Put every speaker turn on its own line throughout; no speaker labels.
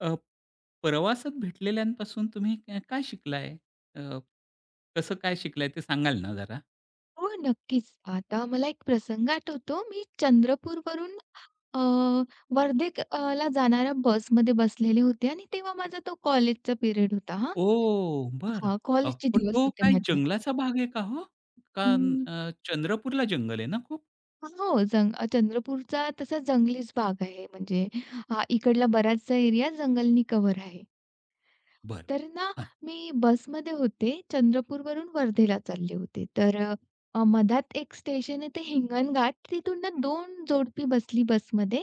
अ, प्रवासात भेटलेल्यांपासून तुम्ही काय शिकलाय? अ, कसं काय शिकलाय ते सांगाल ना जरा?
हो, नक्कीच. आता मला एक प्रसंग आठवतो. मी चंद्रपूरवरून अ, ला जाणाऱ्या बसमध्ये बसलेले होते आणि तेव्हा माझा तो कॉलेजचा पिरियड होता हां.
ओ, बर.
हां, कॉलेजचे
पण
दिवस
तो
होते
काय
माझे.
जंगलाचा भाग आहे का हो? का
हं.
चंद्रपूरला जंगल आहे ना खूप?
हो, चंद्रपूरचा तसा जंगलीच भाग आहे. म्हणजे हा इकडला बराचसा एरिया जंगलनी कव्हर आहे.
बर,
तर ना,
हां,
मी बसमध्ये होते. चंद्रपूरवरून वर्धेला चालले होते. तर मधात एक स्टेशन आहे ते हिंगणघाट. तिथून ना 2 जोडपी बसली बसमध्ये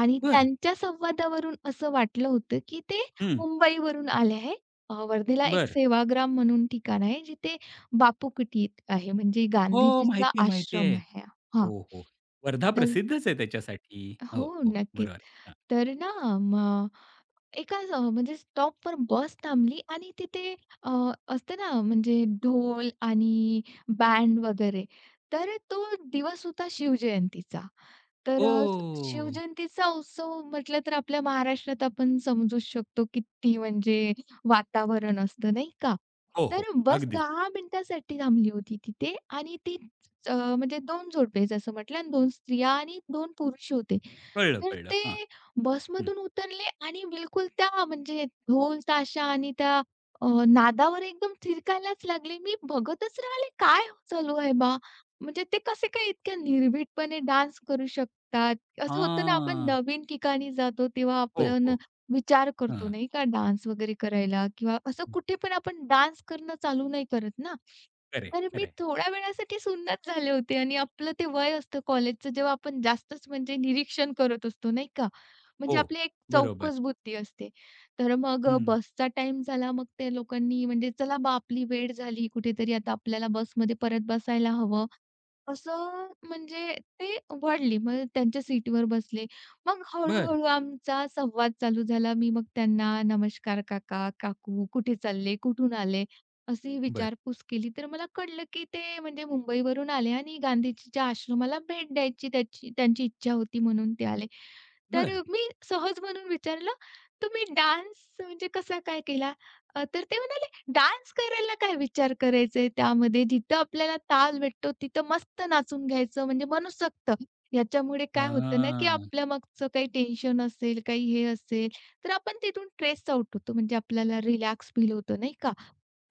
आणि
बर,
त्यांच्या संवादावरून असं वाटलं होतं, की ते
हं,
मुंबईवरून आले आहे. वर्धेला एक
बरं.
सेवाग्राम म्हणून ठिकाण आहे, जिथे बापू कुटीत आहे. म्हणजे
हो,
गांधीजीचा
माहिती आहे, माहिती
आश्रम
आहे.
आहे. हां.
हो, हो. वर्धा
तर
प्रसिद्धच आहे त्याच्यासाठी. हो,
हो,
हो.
नक्कीच.
बरोबर. हां.
तर ना, मग एका म्हणजे स्टॉपवर बस थांबली आणि तिथे अ, असते ना म्हणजे ढोल आणि बँड वगैरे. तर तो दिवस होता शिवजयंतीचा. तर
ओह!
शिवजयंतीचा उत्सव म्हटलं तर आपल्या महाराष्ट्रात आपण समजूच शकतो किती म्हणजे वातावरण असतं नाही का?
हो, हो.
तर बस
अगदीच.
10 मिनिटासाठी थांबली होती तिथे आणि ती म्हणजे 2 जोडपे जसं म्हटलं आणि 2 स्त्रिया आणि 2 पुरुष होते.
कळलं,
तर
कळलं.
ते
हां, हं.
बसमधून उतरले आणि बिलकुल त्या म्हणजे ढोल ताशा आणि त्या नादावर एकदम थिरकायलाच लागले. मी बघतच राहिले, काय चालू आहे बा? म्हणजे ते कसे काय इतक्या निर्भीडपणे डान्स करू शकतात? असं होतं ना, आपण
हां.
नवीन ठिकाणी जातो तेव्हा
हो,
आपण
हो.
विचार करतो
हां.
नाही का डान्स वगैरे करायला किंवा असं कुठे पण आपण डान्स करणं चालू नाही करत ना.
खरं
तर मी
आहे,
थोड्या वेळासाठी सुन्नत झाले होते आणि आपलं ते वय असतं कॉलेजचं जेव्हा आपण जास्तच म्हणजे निरीक्षण करत असतो नाही का?
हो,
म्हणजे आपली एक
बरोबर.
चौकस बुद्धी असते. तर मग
हं.
बसचा टाइम झाला, मग त्या लोकांनी म्हणजे चला बा आपली वेळ झाली कुठेतरी आता आपल्याला बसमध्ये परत बसायला हवं, असं म्हणजे ते वळले. मग त्यांच्या सीटवर बसले. मग
बरं,
हळू-हळू आमचा संवाद चालू झाला. मी मग त्यांना "नमस्कार काका, काकू, कुठे चालले? कुठून आले?" अशी
बरं,
विचारपूस केली. तर मला कळलं, की ते म्हणजे मुंबईवरून आले आणि गांधीजीच्या आश्रमाला भेट द्यायची त्यांची इच्छा होती म्हणून ते आले. तर
बरं.
मी सहज म्हणून विचारलं, "तुम्ही डान्स म्हणजे कसा काय केला?" तर ते म्हणाले, "डान्स करायला काय विचार करायचा आहे त्यामध्ये? जिथं आपल्याला ताल भेटतो तिथं मस्त नाचून घ्यायचं म्हणजे मनसोक्त." याच्यामुळे काय होतं ना, की
हां.
आपल्या मागचं काही टेन्शन असेल, काही हे असेल, तर आपण तिथून स्ट्रेस आउट होतो. म्हणजे आपल्याला रिलॅक्स फील होतं, नाही का?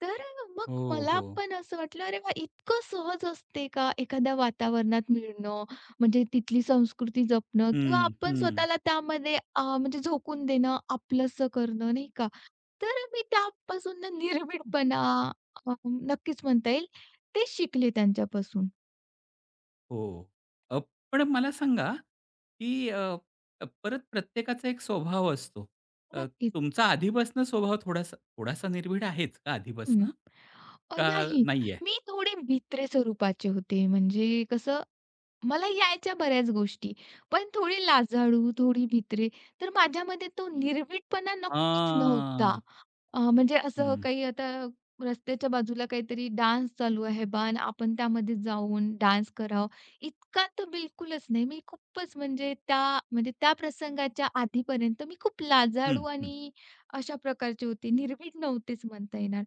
तर
हो,
मग मला
हो.
पण असं वाटलं, "अरे वाह! इतकं सहज असते का एखाद्या वातावरणात मिळणं?" म्हणजे तिथली संस्कृती जपणं किंवा
हं,
आपण
हं.
स्वतःला त्यामध्ये म्हणजे झोकून देणं, आपलंसं करणं, नाही का? तर मी त्यापासून ना निर्भीडपणा नक्कीच म्हणता येईल, ते शिकले त्यांच्यापासून.
हो. अ, पण मला सांगा, की अ, अ, परत प्रत्येकाचा एक स्वभाव असतो. अ,
नक्कीच.
तुमचा आधीपासनं स्वभाव थोडासा थोडासा निर्भीड आहेच का
हं.
आधीपासनं? का
नाही,
नाहीये?
मी थोडे भित्रे स्वरूपाचे होते. म्हणजे कसं, मला यायच्या बऱ्याच गोष्टी, पण थोडी लाजाळू, थोडी भित्रे. तर माझ्यामध्ये तो निर्भीडपणा नक्कीच नव्हता.
हां.
म्हणजे असं
हं,
काही आता रस्त्याच्या बाजूला काहीतरी डान्स चालू आहे बा आणि आपण त्यामध्ये जाऊन डान्स करावं, इतका तर बिलकुलच नाही. मी खूपच म्हणजे त्या प्रसंगाच्या आधीपर्यंत मी खूप
हं,
लाजाळू
हं,
आणि अशा प्रकारची होती. निर्भीड नव्हतीच म्हणता येणार.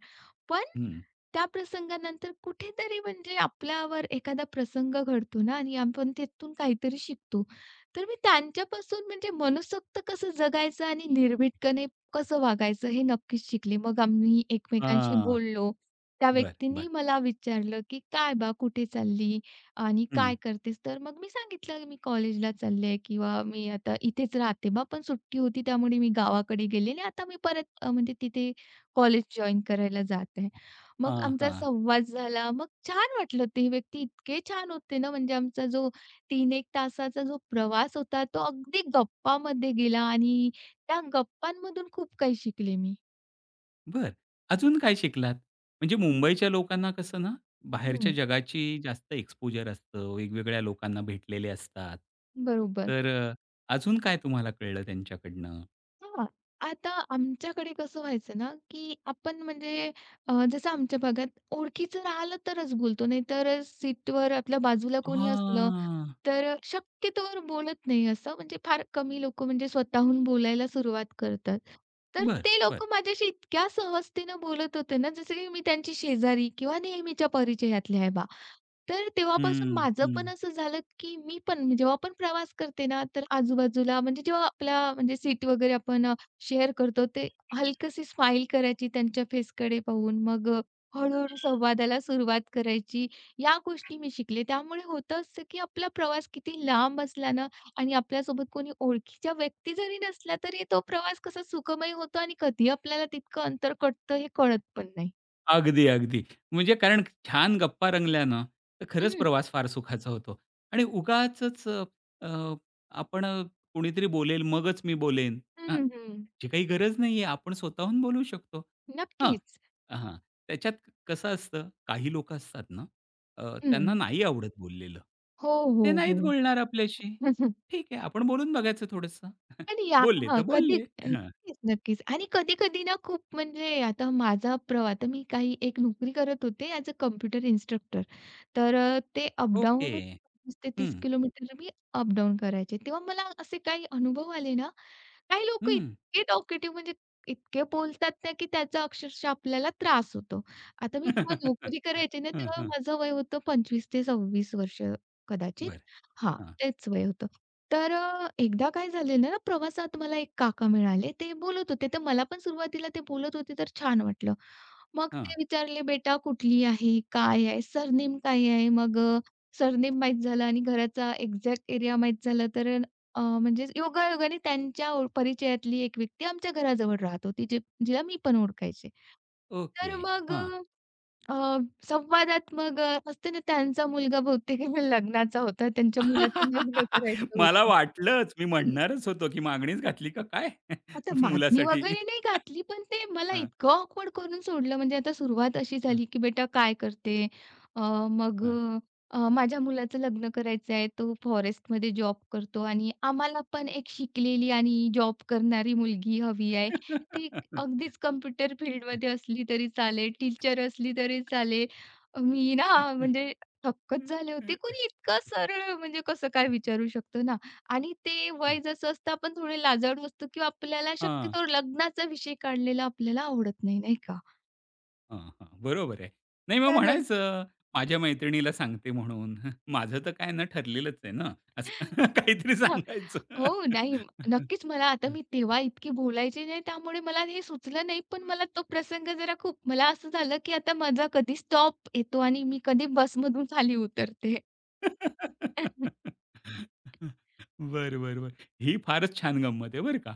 पण
हं.
त्या प्रसंगानंतर कुठेतरी म्हणजे आपल्यावर एखादा प्रसंग घडतो ना आणि आपण त्यातून काहीतरी शिकतो. तर मी त्यांच्यापासून म्हणजे मनसोक्त कसं जगायचं आणि निर्भीडपणे कसं वागायचं हे नक्कीच शिकले. मग आम्ही एकमेकांशी
हां.
बोललो. त्या
बरं,
व्यक्तीनी
बरं.
मला विचारलं, की "काय बा कुठे चालली आणि
हं.
काय करतेस?" तर मग मी सांगितलं, "मी कॉलेजला चालले किंवा मी आता इथेच राहते बा, पण सुट्टी होती त्यामुळे मी गावाकडे गेले आणि आता मी परत म्हणजे तिथे कॉलेज जॉइन करायला जात आहे." मग
हां,
आमचा
हां.
संवाद झाला. मग छान वाटलं. ते व्यक्ती इतके छान होते ना, म्हणजे आमचा जो 3 1 तासाचा जो प्रवास होता, तो अगदी गप्पामध्ये गेला आणि त्या गप्पांमधून खूप काही शिकले मी.
बरं. अजून काय शिकलात? म्हणजे मुंबईच्या लोकांना कसं ना, बाहेरच्या
हं.
जगाची जास्त एक्सपोजर असतं, वेगवेगळ्या लोकांना भेटलेले असतात.
बरोबर.
तर अजून काय तुम्हाला कळलं त्यांच्याकडनं?
हां. आता आमच्याकडे कसं व्हायचं ना, की आपण म्हणजे जसं आमच्या भागात ओळखीचं राहिलं तरच बोलतो, नाहीतर सीटवर आपल्या बाजूला कोणी असलं
हां.
तर शक्यतोवर बोलत नाही असं, म्हणजे फार कमी लोकं म्हणजे स्वतःहून बोलायला सुरुवात करतात. तर
बरं,
ते
बरं.
लोकं माझ्याशी इतक्या सहजतेनं बोलत होते ना, जसं की मी त्यांची शेजारी किंवा नेहमीच्या परिचयातले आहे बा. तर तेव्हापासून
हं,
माझं पण
हं.
असं झालं, की मी पण जेव्हा पण प्रवास करते ना, तर आजूबाजूला म्हणजे जेव्हा आपला म्हणजे सीट वगैरे आपण शेअर करतो, ते हलकीशी स्माईल करायची त्यांच्या फेसकडे पाहून. मग हळू संवादाला सुरुवात करायची या गोष्टी मी शिकले. त्यामुळे होतं असं, की आपला प्रवास किती लांब असला ना आणि आपल्यासोबत कोणी ओळखीच्या व्यक्ती जरी नसल्या, तरी तो प्रवास कसा सुखमय होतो आणि कधी आपल्याला तितकं अंतर कटतं हे कळत पण नाही.
अगदी, अगदी. म्हणजे कारण छान गप्पा रंगल्या ना, तर खरंच
हं.
प्रवास फार सुखाचा होतो. आणि उगाचच अ, अ, आपण कोणीतरी बोलेल मगच मी बोलेन.
हं, हं.
ह्याची काही गरज नाहीये. आपण स्वतःहून बोलू शकतो. हां,
नक्कीच.
हां. त्याच्यात कसं असतं, काही लोकं असतात ना, त्यांना
हं.
नाही आवडत बोललेलं.
हो, हो,
ते नाहीत बोलणार आपल्याशी.
हो.
ठीक आहे, आपण बोलून बघायचं थोडंसं.
आणि या
बोलले तर
हां, कधी
बोलले. हां.
नक्कीच, नक्कीच. आणि कधी-कधी ना खूप म्हणजे आता माझा प्रवास आता मी काही एक नोकरी करत होते ॲज अ कॉम्प्युटर इन्स्ट्रक्टर. तर ते अप-डाऊन
ओके.
25 ते 30
हं,
किलोमीटर मी अप-डाऊन करायचे. तेव्हा मला असे काही अनुभव आले ना, काही लोक
हं.
इतके टॉकेटिव्ह म्हणजे इतके बोलतात ना, की त्याचा अक्षरशः आपल्याला त्रास होतो. आता मी जेव्हा नोकरी करायचे ना,
हं,
तेव्हा
हं.
माझं वय होतं 25 ते 26 वर्ष कदाचित.
बरं.
हां,
हां,
तेच वय होतं. तर एकदा काय झालेलं ना, प्रवासात मला एक काका मिळाले. ते बोलत होते. तर मला पण सुरुवातीला ते बोलत होते तर छान वाटलं. मग ते
हां.
विचारले, "बेटा कुठली आहे? काय आहे? सरनेम काय आहे?" मग सरनेम माहीत झालं आणि घराचा एक्झॅक्ट एरिया माहीत झाला तर म्हणजे योगायोगाने त्यांच्या परिचयातली एक व्यक्ती आमच्या घराजवळ राहत होती, जिला मी पण ओळखायचे.
ओके.
तर मग
हां.
अ, अ, संवादात मग असते ना त्यांचा मुलगा बहुतेक लग्नाचा होता. त्यांच्या मुलाचं लग्न करायचं
मला
होतं.
वाटलंच. मी म्हणणारच होतो, की मागणीच घातली का काय
आता मागणी
मुलासाठी?
वगैरे नाही घातली, पण ते मला
हां,
इतकं ऑकवर्ड करून सोडलं. म्हणजे आता सुरुवात अशी
हां,
झाली, की "बेटा काय करते?" अ, मग
हां.
"माझ्या मुलाचं लग्न करायचं आहे. तो फॉरेस्टमध्ये जॉब करतो आणि आम्हाला पण एक शिकलेली आणि जॉब करणारी मुलगी हवी आहे. ती अगदीच कम्प्युटर फील्डमध्ये असली तरी चालेल, टीचर असली तरी चालेल." मी ना म्हणजे थक्कच झाले होते. कोणी इतकं सरळ म्हणजे कसं काय विचारू शकतं ना? आणि ते वय जसं असतं आपण थोडे लाजाळू असतो किंवा आपल्याला
हां,
शक्यतो लग्नाचा विषय काढलेला आपल्याला आवडत नाही, नाही का?
हां, हां. बरोबर आहे. नाही मग
तर
म्हणायचं, माझ्या मैत्रिणीला सांगते म्हणून. माझं तर काय ना ठरलेलंच आहे ना, असं काहीतरी
हां.
सांगायचं.
हो, नाही नक्कीच मला आता मी तेव्हा इतकी बोलायची नाही त्यामुळे मला हे सुचलं नाही. पण मला तो प्रसंग जरा खूप मला असं झालं, की आता माझा कधी स्टॉप येतो आणि मी कधी बसमधून खाली उतरते.
बरं, बरं, बरं. ही फारच छान गंमत आहे बरं का.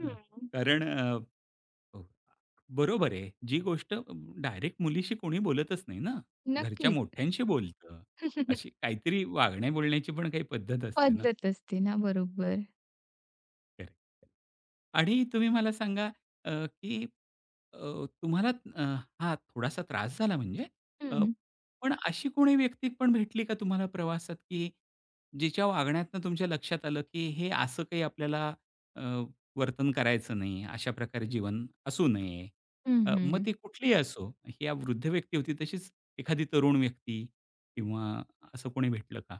अ, कारण हो, बरोबर आहे. जी गोष्ट डायरेक्ट मुलीशी कोणी बोलतच नाही ना. घरच्या
नक्कीच.
मोठ्यांशी बोलतं. अशी काहीतरी वागण्या बोलण्याची पण काही पद्धत असते ना.
पद्धत असते ना, बरोबर.
करेक्ट. आणि तुम्ही मला सांगा अ, की अ, तुम्हाला अ, हा थोडासा त्रास झाला म्हणजे अ,
हं.
पण अशी कोणी व्यक्ती पण भेटली का तुम्हाला प्रवासात, की जिच्या वागण्यातनं तुमच्या लक्षात आलं, की हे असं काही आपल्याला अ, वर्तन करायचं नाही, अशा प्रकारे जीवन असू नये.
हं,
मग
हं.
ती कुठलीही असो, ही या वृद्ध व्यक्ती होती तशीच एखादी तरुण व्यक्ती किंवा असं कोणी भेटलं का?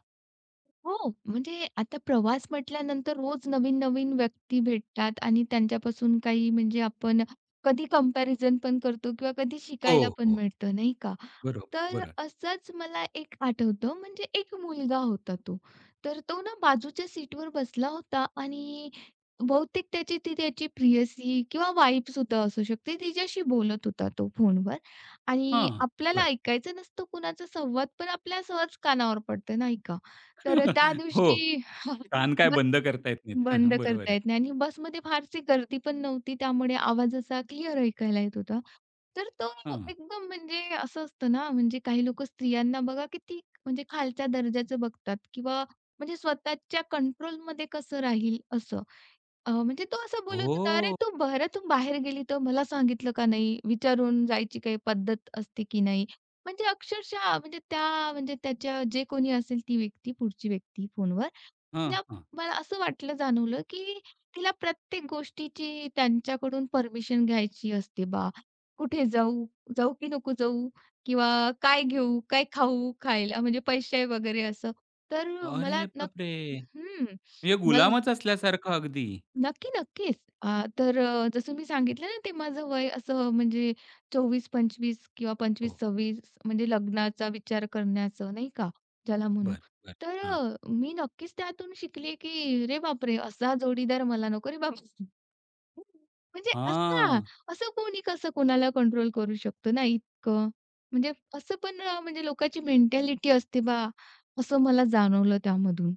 हो, म्हणजे आता प्रवास म्हटल्यानंतर रोज नवीन-नवीन व्यक्ती भेटतात आणि त्यांच्यापासून काही म्हणजे आपण कधी कंपॅरिझन पण करतो किंवा कधी
हो,
शिकायला पण
हो.
मिळतं, नाही का?
बरोबर,
तर
बरोबर.
असंच मला एक आठवतं म्हणजे एक मुलगा होता तो. तर तो ना बाजूच्या सीटवर बसला होता आणि बहुतेक त्याची प्रियसी किंवा वाईफसुद्धा असू शकते, तिच्याशी बोलत होता तो फोनवर आणि
हां.
आपल्याला
बरं.
ऐकायचं नसतं कुणाचा संवाद, पण आपल्या सहज कानावर पडतं, नाही का? तर त्या
हो.
दिवशी
कान काय
बस
बंद करता येत नाहीत.
बंद
बरोबर
करता
आहे.
येत नाही आणि बसमध्ये फारशी गर्दी पण नव्हती, त्यामुळे आवाज असा क्लिअर ऐकायला येत होता. तर तो
हां.
एकदम म्हणजे असं असतं ना, म्हणजे काही लोकं स्त्रियांना बघा किती म्हणजे खालच्या दर्जाचं बघतात किंवा म्हणजे स्वतःच्या कंट्रोलमध्ये कसं राहील असं. म्हणजे तो असं बोलत होता, "अरे,
हो.
तू घरातून बाहेर गेली तर मला सांगितलं का नाही? विचारून जायची काही पद्धत असते की नाही?" म्हणजे अक्षरशः म्हणजे त्या म्हणजे त्याच्या जे कोणी असेल ती व्यक्ती, पुढची व्यक्ती फोनवर,
हां,
म्हणजे
हां.
मला असं वाटलं जाणवलं की तिला प्रत्येक गोष्टीची त्यांच्याकडून परमिशन घ्यायची असते बा. कुठे जाऊ, जाऊ की नको जाऊ? किंवा काय घेऊ, काय खाऊ, खायला म्हणजे पैसे वगैरे असं. तर मला
अरे
ना
बापरे!
हं.
म्हणजे
मला
गुलामच असल्यासारखं अगदी.
नक्की, नक्कीच. तर जसं मी सांगितलं ना, ते माझं वय असं म्हणजे 24-25 किंवा
हो.
25-26 म्हणजे लग्नाचा विचार करण्याचं नाही का, ज्याला म्हणू.
बरं, बरं.
तर
हां.
मी नक्कीच त्यातून शिकले, की "अरे बापरे! असा जोडीदार मला नको रे बाबा." म्हणजे असा,
हां.
असं कोणी कसं कोणाला कंट्रोल करू शकतो ना इतकं. म्हणजे असं पण म्हणजे लोकांची मेंटॅलिटी असते बा, असं मला जाणवलं त्यामधून.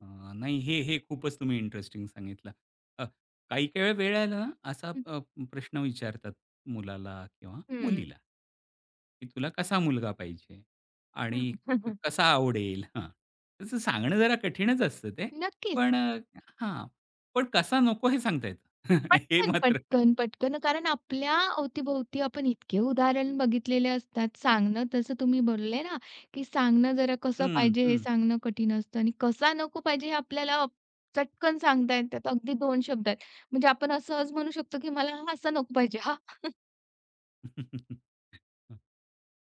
अ, नाही, हे हे खूपच तुम्ही इंटरेस्टिंग सांगितलं. अ, काही-काही वेळा वेळ वेळ आला ना, असा प्रश्न विचारतात मुलाला किंवा
हं.
मुलीला, की तुला कसा मुलगा पाहिजे आणि कसा आवडेल? हां, तसं सांगणं जरा कठीणच असतं ते.
नक्कीच.
पण हां, पण कसा नको हे सांगता येतं. हे
पटकन,
मात्र
पटकन, पटकन. कारण आपल्या अवतीभोवती आपण इतके उदाहरण बघितलेले असतात. सांगणं तसं तुम्ही बोलले ना, की सांगणं जरा कसं
हं,
पाहिजे हे
हं.
सांगणं कठीण असतं आणि कसा नको पाहिजे हे आपल्याला चटकन सांगता येतात. अगदी 2 शब्दात. म्हणजे आपण असं सहज म्हणू शकतो, की मला हा असं नको पाहिजे. हां,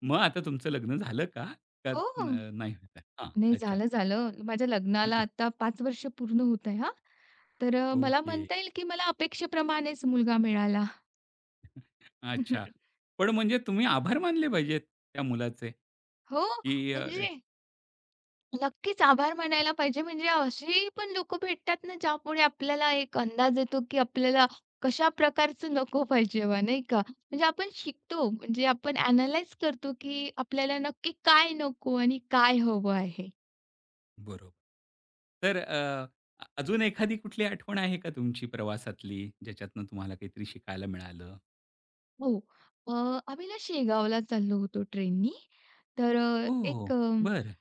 मग आता तुमचं लग्न झालं का? का
हो.
नाही होत. हां,
नाही
अच्छा.
झालं, झालं. माझ्या लग्नाला आता 5 वर्ष पूर्ण होत आहे हां. तर मला
ओके.
म्हणता येईल, की मला अपेक्षेप्रमाणेच मुलगा मिळाला.
अच्छा. पण म्हणजे तुम्ही आभार मानले पाहिजेत त्या मुलाचे,
हो,
की
म्हणजे नक्कीच आभार मानायला पाहिजे. म्हणजे अशी पण लोकं भेटतात ना, ज्यामुळे आपल्याला एक अंदाज येतो, की आपल्याला कशा प्रकारचं नको पाहिजे बा, नाही का? म्हणजे आपण शिकतो, म्हणजे आपण अॅनलाईज करतो, की आपल्याला नक्की काय नको आणि काय हवं आहे.
बरोबर. तर अ, अ अजून एखादी कुठली आठवण आहे का तुमची प्रवासातली, ज्याच्यातनं तुम्हाला काहीतरी शिकायला मिळालं?
हो. अ, आम्ही ना शेगावला चाललो होतो ट्रेननी. तर
ओह! बर,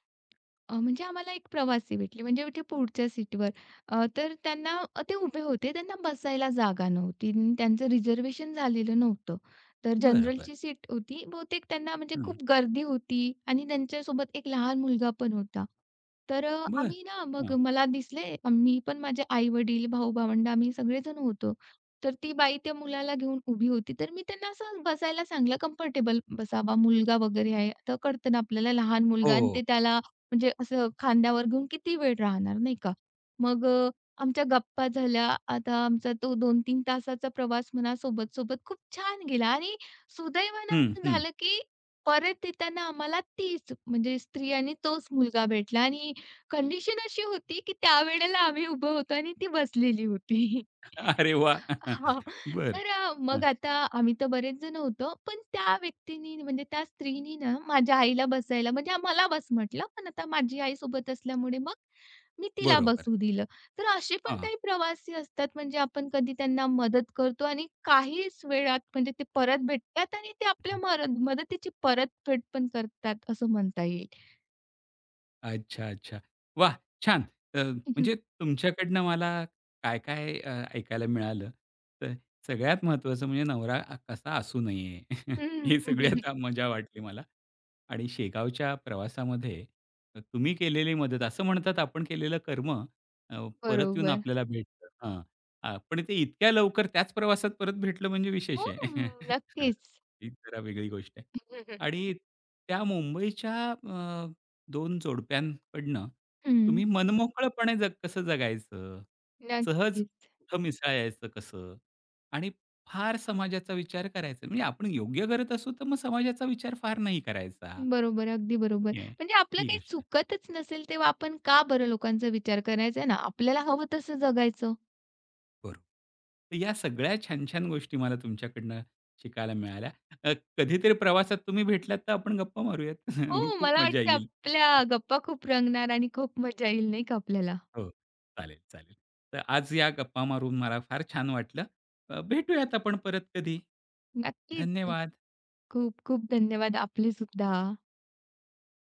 म्हणजे आम्हाला एक प्रवासी भेटले, म्हणजे ते पुढच्या सीटवर. अ, तर त्यांना अ, ते उभे होते. त्यांना बसायला जागा नव्हती आणि त्यांचं रिझर्व्हेशन झालेलं नव्हतं. तर
बर, बर,
जनरलची सीट होती. बहुतेक त्यांना म्हणजे
हं.
खूप गर्दी होती आणि त्यांच्यासोबत एक लहान मुलगा पण होता. तर
बरं.
आम्ही ना मग
हं.
मला दिसले, मी पण माझे आई-वडील, भाऊ-भावंड आम्ही सगळेजण होतो. तर ती बाई त्या मुलाला घेऊन उभी होती. तर मी त्यांना असं बसायला सांगितलं, कम्फर्टेबल बसावा, मुलगा वगैरे आहे. तर कळतं ना आपल्याला लहान
हो.
मुलगा आणि ते त्याला म्हणजे असं खांद्यावर घेऊन किती वेळ राहणार, नाही का? मग आमच्या गप्पा झाल्या. आता आमचा तो दोन तीन तासाचा प्रवास म्हणा सोबत-सोबत खूप छान गेला आणि सुदैवानं
हं,
असं
हं.
झालं, की परत येताना आम्हाला तीच म्हणजे स्त्री आणि तोच मुलगा भेटला आणि कंडिशन अशी होती, की त्यावेळेला आम्ही उभं होतो आणि ती बसलेली होती.
अरे वाह!
हां.
बरं.
तर
हं.
मग आता आम्ही तर बरेच जण होतो. पण त्या व्यक्तीनी म्हणजे त्या स्त्रीनी ना माझ्या आईला बसायला म्हणजे मला बस म्हटलं, पण आता माझी आई सोबत असल्यामुळे मग मी तिला
बरोबर.
बसू दिलं. तर असे पण
हां.
काही प्रवासी असतात म्हणजे आपण कधी त्यांना मदत करतो आणि काहीच वेळात म्हणजे ते परत भेटतात आणि ते आपल्या मरद मदतीची परतफेड पण करतात असं म्हणता येईल.
अच्छा, अच्छा. वाह! छान. म्हणजे तुमच्याकडनं मला काय-काय ऐकायला मिळालं. तर सगळ्यात महत्त्वाचं म्हणजे नवरा कसा असू नये. ही सगळ्यात
हं.
मजा वाटली मला. आणि शेगावच्या प्रवासामध्ये तुम्ही केलेली मदत, असं म्हणतात, आपण केलेलं कर्म परत येऊन
बरोबर.
आपल्याला भेटतं. हां. हां, पण ते इतक्या लवकर त्याच प्रवासात परत भेटलं म्हणजे
हो,
विशेष आहे. हां,
नक्कीच.
ही जरा वेगळी गोष्ट आहे. आणि त्या मुंबईच्या 2 जोडप्यांकडनं
हं,
तुम्ही हं. मनमोकळेपणे जग कसं जगायचं, सहज
नक्कीच.
कुठं मिसळायचं कसं आणि फार समाजाचा विचार करायचा म्हणजे आपण योग्य करत असू, तर मग समाजाचा विचार फार नाही करायचा.
बरोबर, अगदी बरोबर.
हे
म्हणजे आपलं
ही
काही
गोष्ट आहे.
चुकतच नसेल, तेव्हा आपण का बरं लोकांचा विचार करायचा आहे ना? आपल्याला हवं तसं जगायचं.
बरोबर. तर या सगळ्या छान-छान गोष्टी मला तुमच्याकडनं शिकायला मिळाल्या. कधीतरी प्रवासात तुम्ही भेटलात, तर आपण गप्पा मारूयात.
हो,
खूप
मला
मजा
वाटतं
येईल.
आपल्या गप्पा खूप रंगणार आणि खूप मजा येईल नाही का आपल्याला?
हो. चालेल, चालेल. तर आज या गप्पा मारून मला फार छान वाटलं. भेटूयात आपण परत कधी.
नक्कीच.
धन्यवाद.
खूप खूप धन्यवाद आपले सुद्धा.